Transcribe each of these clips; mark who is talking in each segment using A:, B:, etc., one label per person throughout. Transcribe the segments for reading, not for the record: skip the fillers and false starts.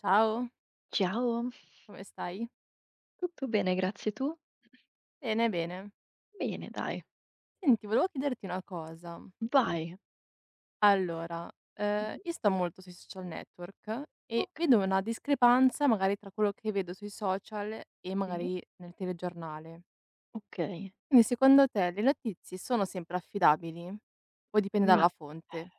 A: Ciao,
B: Ciao,
A: come stai?
B: tutto bene, grazie. Tu?
A: Bene, bene.
B: Bene dai,
A: Senti, volevo chiederti una cosa.
B: vai.
A: Allora,
B: Mh-mh.
A: io sto molto sui social network e vedo
B: Okay,
A: una discrepanza magari tra quello che vedo sui social e
B: sì,
A: magari nel telegiornale.
B: okay.
A: Quindi secondo te le notizie sono sempre affidabili? O dipende
B: Ma
A: dalla fonte?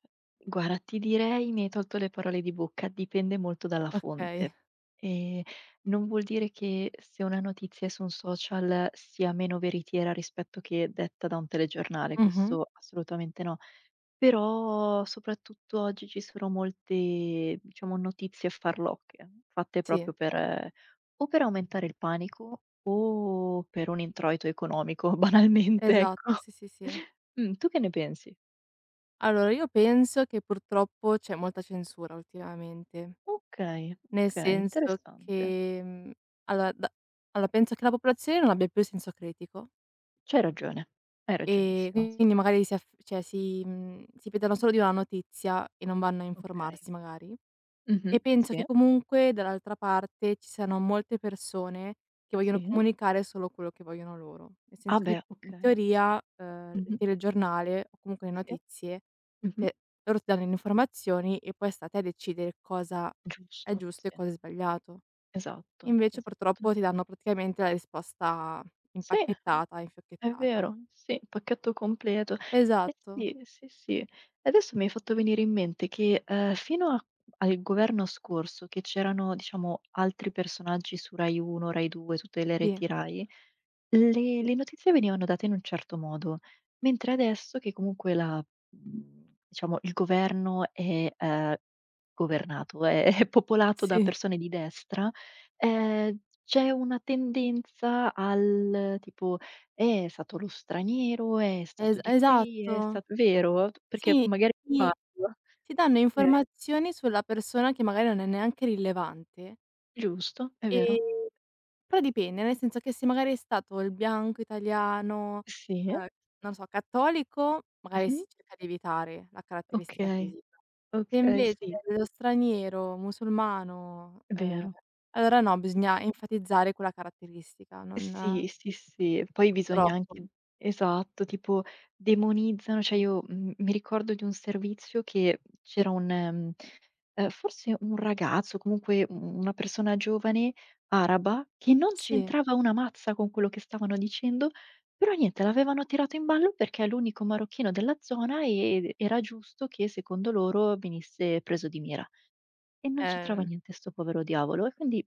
B: guarda, ti direi mi hai tolto le parole di bocca, dipende molto dalla
A: Okay.
B: fonte. Ehm, Non vuol dire che se una notizia è su un social sia meno veritiera rispetto che detta da un telegiornale,
A: Mh-mh.
B: questo assolutamente no. Però soprattutto oggi ci sono molte, diciamo, notizie farlocche, fatte
A: Sì,
B: proprio per o per aumentare il panico o per un introito economico, banalmente, ecco.
A: esatto, sì, sì, sì.
B: Tu che ne pensi?
A: Allora io penso che purtroppo c'è molta censura ultimamente.
B: Okay,
A: Nel
B: okay,
A: senso
B: interessante.
A: che, allora da allora penso che la popolazione non abbia più senso critico
B: C'hai ragione, hai
A: e
B: ragionissimo, sì.
A: quindi magari si aff cioè si fidano solo di una notizia e non vanno a
B: Okay.
A: informarsi magari.
B: Mh-mh.
A: E penso
B: Sì,
A: che comunque dall'altra parte ci siano molte persone che vogliono
B: sì.
A: comunicare solo quello che vogliono loro. Nel
B: Ah
A: senso che
B: beh,
A: in
B: okay, sì.
A: teoria, il
B: Mh-mh.
A: telegiornale o comunque le
B: Sì.
A: notizie,
B: Mh-mh.
A: cioè loro ti danno le informazioni e poi sta a te decidere cosa è
B: Giusto,
A: giusto e
B: sì.
A: cosa è sbagliato.
B: Esatto,
A: Invece
B: esatto.
A: purtroppo ti danno praticamente la risposta
B: Sì.
A: impacchettata,
B: È
A: infiocchettata.
B: vero, sì, pacchetto completo. Eh
A: Esatto,
B: sì, sì, sì. Adesso mi hai fatto venire in mente che, fino a al governo scorso che c'erano, diciamo, altri personaggi su Rai 1, Rai 2, tutte le
A: sì,
B: reti Rai le le notizie venivano date in un certo modo, mentre adesso che comunque diciamo il governo è, è popolato da
A: sì,
B: persone di destra, c'è una tendenza al tipo: è stato lo straniero, è stato
A: es
B: di qui, è
A: esatto.
B: stato", vero? Perché
A: Sì,
B: magari
A: ti
B: sbaglio.
A: ti danno
B: Okay.
A: informazioni sulla persona che magari non è neanche rilevante.
B: Giusto, è vero.
A: Ehm, Però dipende, nel senso che se magari è stato il bianco italiano,
B: Sì.
A: uhm, non so, cattolico, magari si
B: Mh-mh.
A: cerca di evitare la caratteristica
B: Okay,
A: fisica. Se
B: okay,
A: invece
B: sì,
A: lo straniero musulmano,
B: è vero.
A: allora no, bisogna enfatizzare quella caratteristica, non
B: Sì, sì, sì. Poi bisogna
A: troppo.
B: anche esatto, tipo demonizzano cioè io, mi ricordo di un servizio che
A: Sì,
B: c'era un forse un ragazzo, comunque u una persona giovane araba, che non
A: sì,
B: c'entrava una mazza con quello che stavano dicendo, però niente, l'avevano tirato in ballo perché è l'unico marocchino della zona e era giusto che secondo loro venisse preso di mira. E non c'entrava
A: ehm,
B: niente 'sto povero diavolo e quindi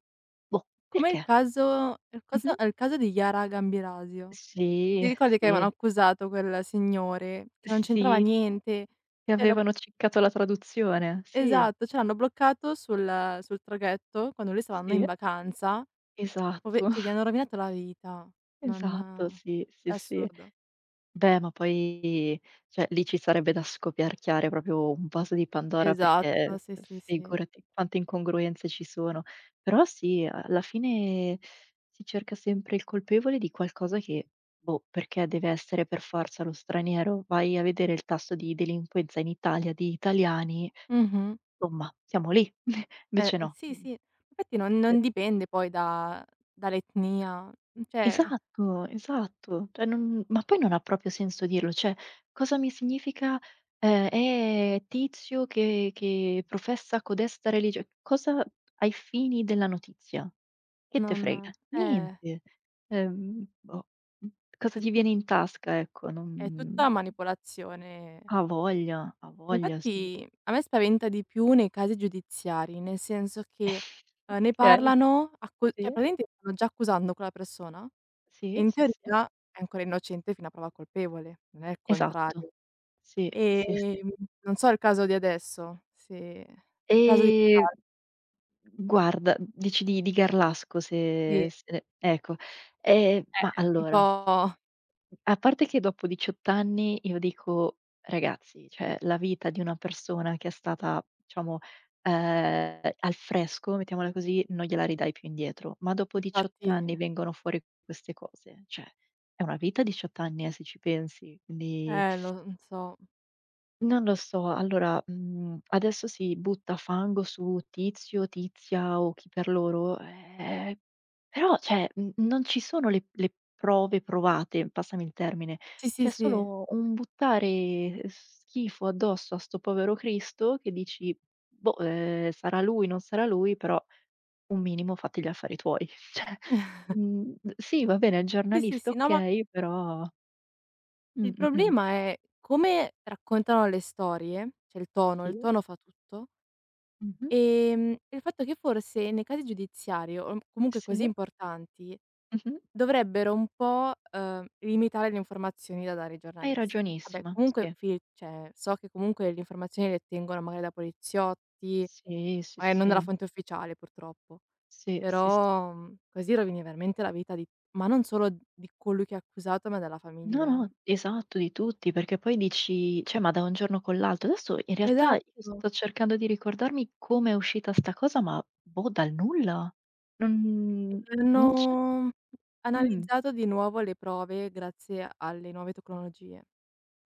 B: boh,
A: come
B: perché? Mh-mh.
A: il caso di Yara Gambirasio. Ti
B: Sì,
A: ricordi che
B: sì,
A: avevano accusato quel signore che non c'entrava
B: sì,
A: niente?
B: che
A: Cioè lo
B: avevano ciccato la traduzione. Sì,
A: Esatto, cioè l'hanno bloccato sul traghetto quando lui stava andando
B: sì,
A: in vacanza, pove
B: esatto,
A: cioè gli hanno rovinato la vita.
B: esatto,
A: Non
B: sì,
A: è
B: sì, sì.
A: assurdo.
B: Beh, ma poi cioè lì ci sarebbe da scoperchiare proprio un vaso di Pandora,
A: Esatto,
B: perché
A: sì, sì, sì.
B: figurati quante incongruenze ci sono. Però sì, alla fine si cerca sempre il colpevole di qualcosa che, boh, perché deve essere per forza lo straniero? Vai a vedere il tasso di delinquenza in Italia di italiani,
A: Mh-mh.
B: somma, siamo lì. Invece no.
A: Sì,
B: Mh.
A: sì. Infatti non dipende poi da dall'etnia, cioè
B: Esatto, esatto. Cioè non ma poi non ha proprio senso dirlo, cioè cosa mi significa, è tizio che professa codesta religio cosa ai fini della notizia? Che te
A: non
B: frega? Niente. Boh, mh,
A: è
B: cosa
A: tut
B: ti viene in tasca, ecco,
A: è tutta
B: non
A: manipolazione.
B: ha voglia, ha voglia, sì.
A: Infatti a me spaventa di più nei casi giudiziari, nel senso che, ne
B: Okay,
A: parlano accu cioè
B: sì,
A: praticamente stanno già accusando quella persona.
B: sì,
A: In
B: sì, sì.
A: teoria è ancora innocente fino a prova colpevole, non è il
B: Esatto.
A: contrario.
B: Sì, sì, sì.
A: Ehm, Non so il caso di adesso, se il caso di
B: E
A: Star
B: guarda, dici di Garlasco se
A: sì,
B: se ecco. Ma
A: un
B: allora,
A: po'
B: a parte che dopo 18 anni io dico: "Ragazzi, cioè la vita di una persona che è stata, diciamo, al fresco, mettiamola così, non gliela ridai più indietro". Ma dopo
A: infatti
B: 18 anni vengono fuori queste cose, cioè è una vita 18 anni, se ci pensi, quindi
A: lo non so.
B: non lo so, allora, adesso si butta fango su tizio, tizia o chi per loro, però cioè, n non ci sono le prove provate, passami il termine.
A: Sì, sì,
B: C'è
A: sì.
B: solo un buttare schifo addosso a sto povero Cristo che dici: "Boh, sarà lui, non sarà lui, però un minimo fatti gli affari tuoi." Cioè, sì, va bene, è
A: Sì, sì,
B: giornalista,
A: sì. No, ma
B: okay, però mh,
A: il
B: mh, mh,
A: problema è come raccontano le storie, cioè il
B: sì.
A: tono fa tutto.
B: Mh-mh.
A: Il fatto che forse nei casi giudiziari o m comunque
B: Sì.
A: così importanti,
B: Mh-mh.
A: dovrebbero un po', limitare le informazioni da dare ai
B: Hai
A: giornalisti. Vabbè
B: ragionissima,
A: comunque
B: sì.
A: fi cioè so che comunque le informazioni le ottengono magari da poliziotti,
B: Sì, sì,
A: magari non dalla
B: sì,
A: fonte ufficiale purtroppo,
B: sì, sì, s
A: però, così rovini veramente la vita di ma non solo di colui che è accusato, ma della
B: no,
A: famiglia.
B: no, esatto, di tutti, perché poi dici cioè, ma da un giorno con l'altro. Adesso in realtà io
A: Esatto.
B: sto cercando di ricordarmi come è uscita 'sta cosa, ma boh, dal nulla. Non non c'è
A: Hanno
B: mh.
A: analizzato di nuovo le prove grazie alle nuove tecnologie.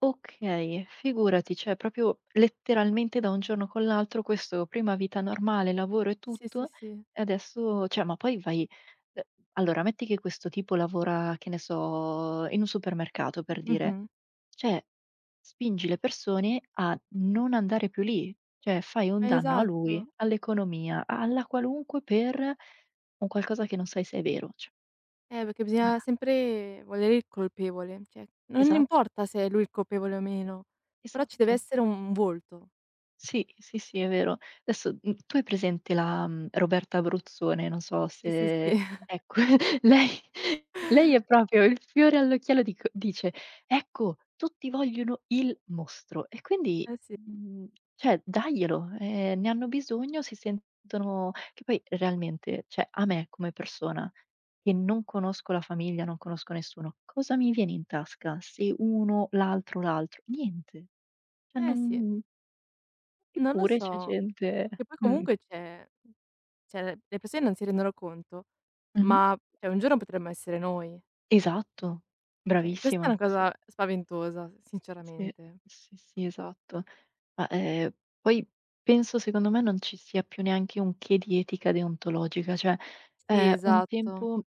B: Okay, figurati, cioè proprio letteralmente da un giorno con l'altro questo prima vita normale, lavoro e
A: Sì, sì,
B: tutto,
A: sì.
B: e adesso cioè ma poi vai ehm, allora metti che questo tipo lavora, che ne so, in un supermercato per dire,
A: Mh-mh.
B: cioè spingi le persone a non andare più lì, cioè fai un danno a lui,
A: Esatto.
B: all'economia, a alla qualunque per un qualcosa che non sai se è vero, cioè
A: Perché
B: ma
A: bisogna
B: da
A: sempre volere il colpevole, cioè non
B: esatto,
A: importa se è lui il colpevole o meno, però ci deve
B: esatto.
A: essere un volto.
B: Sì, sì, sì, è vero. Adesso, tu hai presente la, Roberta Abruzzone? Non so
A: Sì, sì, sì.
B: se ecco, lei lei è proprio il fiore all'occhiello dico dice: "Ecco, tutti vogliono il mostro." E quindi,
A: Eh sì.
B: cioè daglielo, ne hanno bisogno, si sentono che poi realmente, cioè a me come persona, che non conosco la famiglia, non conosco nessuno, cosa mi viene in tasca se uno, l'altro, l'altro? Niente. Cioè
A: Eh sì.
B: non
A: Non lo
B: eppure c'è
A: so.
B: gente
A: Che poi
B: mh.
A: comunque c'è cioè le persone non si rendono conto,
B: Mh-mh.
A: ma cioè un giorno potremmo essere noi.
B: Esatto,
A: Cioè questa è
B: bravissima.
A: una
B: Sì,
A: cosa spaventosa,
B: sì,
A: sinceramente.
B: sì, sì, esatto. Ma, poi penso secondo me non ci sia più neanche un che di etica deontologica, cioè,
A: Sì,
B: un
A: esatto.
B: tempo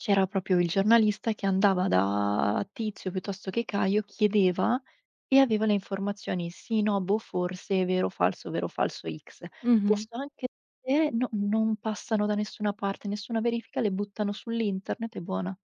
B: c'era proprio il giornalista che andava da Tizio piuttosto che Caio, chiedeva e aveva le informazioni sì, no, boh, forse, vero, falso, X.
A: Mh-mh.
B: Adesso anche se no non passano da nessuna parte, nessuna verifica, le buttano sull'internet e buona.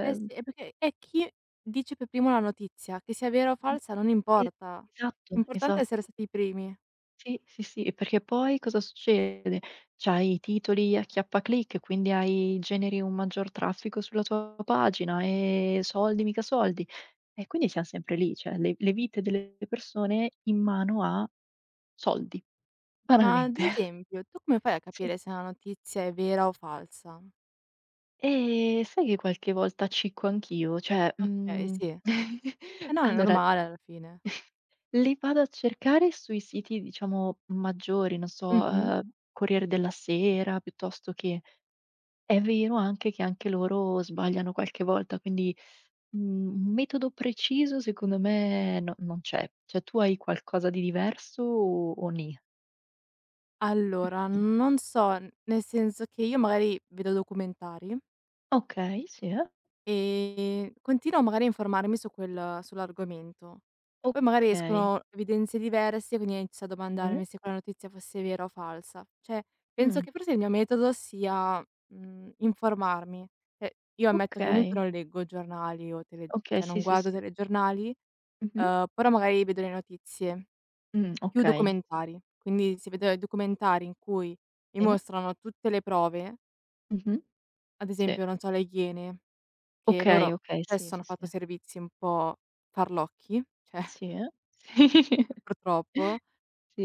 A: Eh sì, è perché è chi dice per primo la notizia, che sia vera o
B: Mh.
A: falsa non
B: E
A: importa.
B: esatto,
A: L'importante è
B: esatto.
A: essere stati i primi.
B: Sì, sì, sì, perché poi cosa succede? C'hai i titoli a chiappaclic, quindi hai generi un maggior traffico sulla tua pagina e soldi, mica soldi. E quindi siam sempre lì, cioè le vite delle persone in mano a soldi,
A: Ma ad
B: banalmente.
A: esempio, tu come fai a
B: Sì.
A: capire se una notizia è vera o falsa?
B: E sai che qualche volta cicco anch'io? Cioè,
A: Okay, sì. Eh no, è
B: allora
A: normale alla fine.
B: li vado a cercare sui siti, diciamo, maggiori, non so,
A: Mh-mh.
B: Corriere della Sera piuttosto che è vero anche che anche loro sbagliano qualche volta, quindi, un metodo preciso secondo me non c'è. Cioè tu hai qualcosa di diverso o nì?
A: Allora, non so, n nel senso che io magari vedo documentari.
B: Okay, sì. Eh.
A: Continuo magari a informarmi su quel sull'argomento. Poi magari
B: Okay,
A: escono evidenze diverse, quindi inizio a
B: sì.
A: domandarmi se quella notizia fosse vera o falsa. Cioè, penso
B: Mh,
A: che forse il mio metodo sia, informarmi. Cioè, io ammetto che comunque
B: okay.
A: non leggo giornali o tele
B: Okay,
A: cioè
B: sì,
A: non
B: sì,
A: guardo
B: sì.
A: telegiornali,
B: Mh-mh.
A: però magari vedo le notizie, più
B: Okay. Sì,
A: documentari. Quindi se vedo i documentari in cui mi
B: sì.
A: mostrano tutte le prove,
B: Mh-mh.
A: ad
B: Sì.
A: esempio, non so, le Iene che
B: Okay,
A: loro
B: okay, sì,
A: spesso hanno
B: sì,
A: fatto
B: sì.
A: servizi un po' farlocchi, cioè
B: Sì. Eh.
A: purtroppo,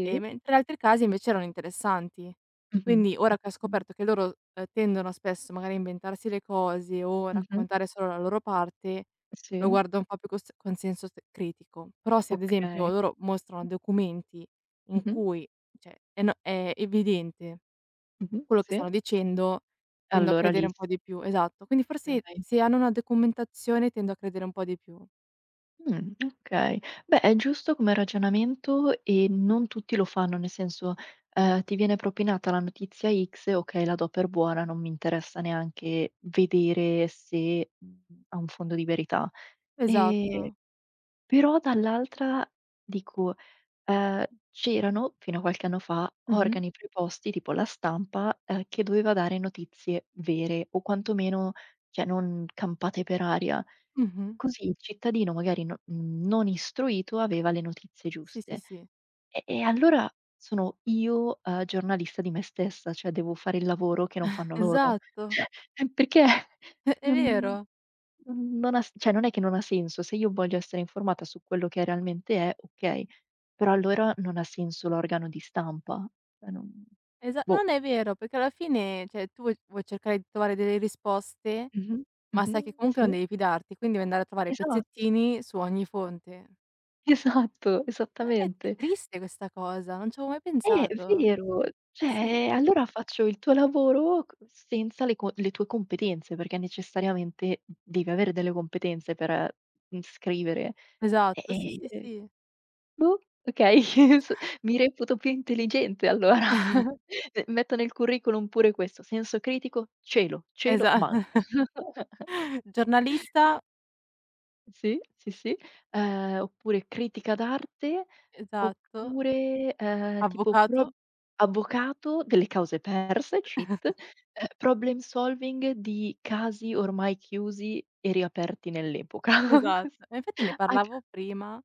A: e mentre altri casi invece erano interessanti.
B: Mh-mh.
A: Quindi ora che ho
B: Sì.
A: scoperto che loro, tendono spesso magari a inventarsi le cose o
B: Mh-mh.
A: raccontare solo la loro parte,
B: Sì.
A: lo guardo un po' più cos con senso s critico. Però se ad esempio
B: Okay.
A: loro mostrano documenti in
B: Mh-mh.
A: cui, cioè è no è evidente
B: Mh-mh.
A: quello che
B: Sì.
A: stanno dicendo, tendo a
B: Allora lì
A: credere un
B: sì,
A: po' di più, esatto. Quindi forse
B: okay.
A: se hanno una documentazione tendo a credere un po' di più.
B: Mh, okay. Beh, è giusto come ragionamento e non tutti lo fanno, nel senso, ti viene propinata la notizia X e okay, la do per buona, non mi interessa neanche vedere se, ha un fondo di verità. Ehm,
A: Esatto.
B: Però dall'altra dico, ehm, c'erano, fino a qualche anno fa,
A: Mh-mh,
B: organi preposti tipo La Stampa, che doveva dare notizie vere o quantomeno, cioè non campate per aria.
A: mh-mh.
B: Così il cittadino magari no non istruito aveva le notizie
A: Sì, sì,
B: giuste.
A: sì.
B: E allora sono io, giornalista di me stessa, cioè devo fare il lavoro che non fanno loro.
A: Esatto.
B: Cioè, perché
A: È
B: non
A: vero.
B: non ha s cioè non è che non ha senso, se io voglio essere informata su quello che realmente è, okay, però allora non ha senso l'organo di stampa. Cioè non
A: Esa
B: boh.
A: Non è vero, perché alla fine, cioè tu vuoi cercare di trovare delle risposte,
B: Mh-mh,
A: ma sai
B: mh-mh,
A: che comunque non
B: sì.
A: devi fidarti, quindi devi andare a trovare
B: Esatto,
A: pezzettini su ogni fonte.
B: esatto,
A: È
B: esattamente.
A: triste questa cosa, non ci avevo mai
B: Eh,
A: pensato.
B: vero.
A: Eh sì.
B: Cioè, allora faccio il tuo lavoro c senza le co le tue competenze, perché necessariamente devi avere delle competenze per, scrivere.
A: Esatto, sì, sì,
B: E
A: sì.
B: boh, okay, s mi reputo più intelligente allora. Metto nel curriculum pure questo: senso critico, cielo, cielo,
A: Esa
B: manca.
A: Giornalista,
B: Sì, sì, sì. Oppure critica d'arte,
A: esatto,
B: oppure, tipo pro
A: avvocato,
B: avvocato delle cause perse, cheat, problem solving di casi ormai chiusi e riaperti nell'epoca. Cos
A: esatto. E infatti ne
B: a ca
A: parlavo prima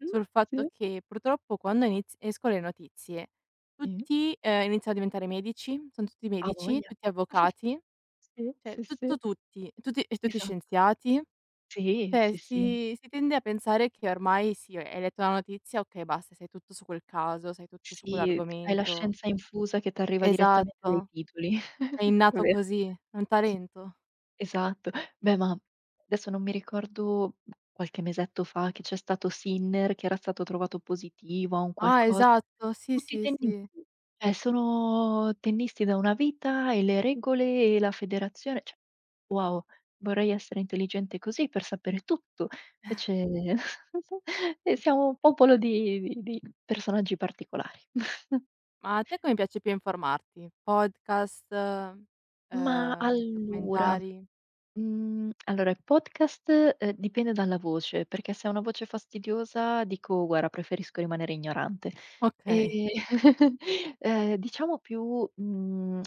B: mh,
A: sul fatto
B: sì,
A: che purtroppo quando iniz escono le notizie
B: sì,
A: tutti, iniziano a diventare medici, son tutti
B: a
A: medici,
B: voglia.
A: tutti avvocati,
B: Sì,
A: cioè
B: sì, sì,
A: tutto tutti, tutti e tutti
B: esa
A: scienziati.
B: sì,
A: Cioè
B: sì, sì.
A: si tende a pensare che ormai sì, hai letto la notizia, okay basta, sai tutto su quel caso, sai tutto su
B: Sì, hai la
A: quell'argomento.
B: scienza infusa che t'arriva direttamente dai
A: Esatto,
B: titoli.
A: è
B: È
A: innato
B: vero.
A: così, è un talento.
B: Esatto. Beh, ma adesso non mi ricordo, qualche mesetto fa che c'è stato Sinner che era stato trovato positivo a un
A: Ah,
B: qualcosa.
A: esatto. Sì,
B: Tutti
A: sì, sì.
B: tennisti, cioè sono tennisti da una vita e le regole e la federazione, cioè wow, vorrei essere intelligente così per sapere tutto. Invece e siamo un popolo di personaggi particolari.
A: Ma a te come piace più informarti? Podcast,
B: Ma allora
A: documentari?
B: mhmm, allora il podcast, dipende dalla voce, perché se è una voce fastidiosa dico: "Guarda, preferisco rimanere ignorante".
A: Okay.
B: Ehm, ehm, diciamo più,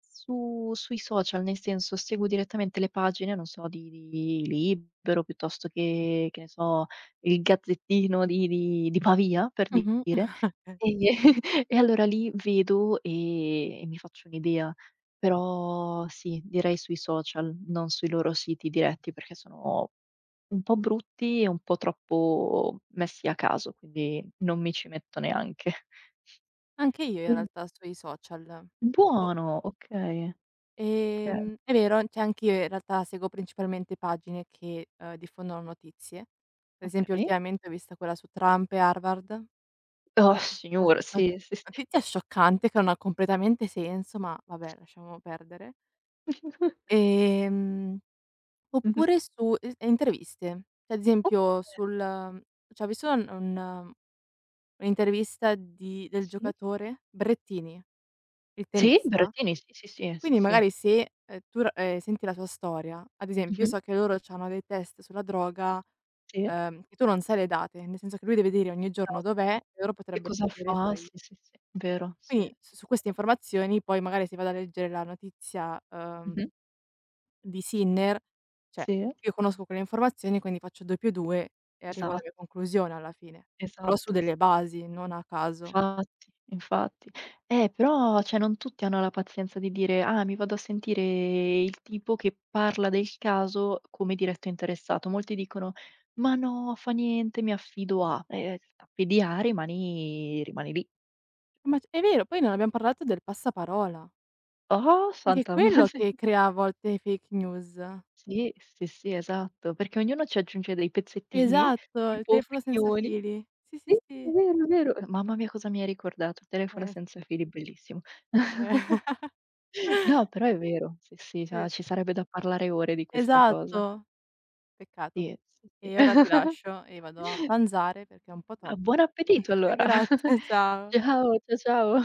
B: su sui social, nel senso seguo direttamente le pagine, non so, di Libero piuttosto che ne so, il Gazzettino di Pavia, per
A: Mh-mh.
B: dire. E e allora lì vedo e mi faccio un'idea. Però sì, direi sui social, non sui loro siti diretti, perché sono un po' brutti e un po' troppo messi a caso, quindi non mi ci metto neanche.
A: Anche io in
B: Mh.
A: realtà sui social. O
B: Buono, okay, okay,
A: È vero, cioè anch'io in realtà seguo principalmente pagine che, diffondono notizie. Per esempio
B: okay.
A: ultimamente ho visto quella su Trump e Harvard.
B: Oh
A: No no
B: signora,
A: no
B: sì, sì, sì.
A: notizia scioccante che non ha completamente senso, ma vabbè lasciamo perdere. Ehm
B: Mh-mh.
A: Oppure su es interviste. Cioè, ad esempio
B: Okay,
A: sul cioè ho visto un un'intervista di del
B: sì.
A: giocatore Brettini, il
B: Sì,
A: tennista,
B: Berrettini, sì, sì, sì, sì,
A: quindi
B: sì.
A: magari se, tu r senti la sua storia, ad esempio io
B: Mh-mh.
A: so che loro c'hanno dei test sulla droga,
B: Sì,
A: che tu non sai le date, nel senso che lui deve dire ogni giorno
B: esatto.
A: dov'è e loro
B: E
A: potrebbero
B: cosa
A: venire e
B: fa?
A: fargli
B: Sì, sì, sì, vero, sì,
A: quindi
B: sì,
A: su
B: sì.
A: queste informazioni poi magari se vado a leggere la notizia,
B: Mh-mh.
A: di Sinner, cioè
B: Sì,
A: io conosco quelle informazioni, quindi faccio 2 più 2 e arrivo alla
B: esatto,
A: mia conclusione alla fine, però su
B: esatto, s
A: delle basi, non a caso.
B: infatti, infatti. Però cioè non tutti hanno la pazienza di dire: "Ah, mi vado a sentire il tipo che parla del caso come diretto interessato". Molti dicono: "Ma no, fa niente, mi affido a". T'affidia, rimani rimani lì.
A: Ma c È vero, poi non abbiamo parlato del passaparola.
B: Oh,
A: È che è
B: santa
A: quello che crea a volte fake news.
B: sì, sì, sì, esatto, perché ognuno ci aggiunge dei pezzettini,
A: Esatto, il
B: tipo
A: telefono senza
B: opinioni.
A: fili. Sì,
B: Sì,
A: sì,
B: è
A: sì.
B: vero, è vero. Mamma mia cosa mi hai ricordato, "Il telefono
A: Eh,
B: senza fili", bellissimo. No, però è vero. Sì, sì,
A: è
B: cioè
A: ve
B: ci sarebbe da parlare ore di questa cosa.
A: Esatto. Peccato.
B: Sì, sì, sì.
A: E ora ti lascio e vado a pranzare perché è un po' tor
B: Buon appetito allora.
A: grazie, ciao.
B: Ciao, ciao.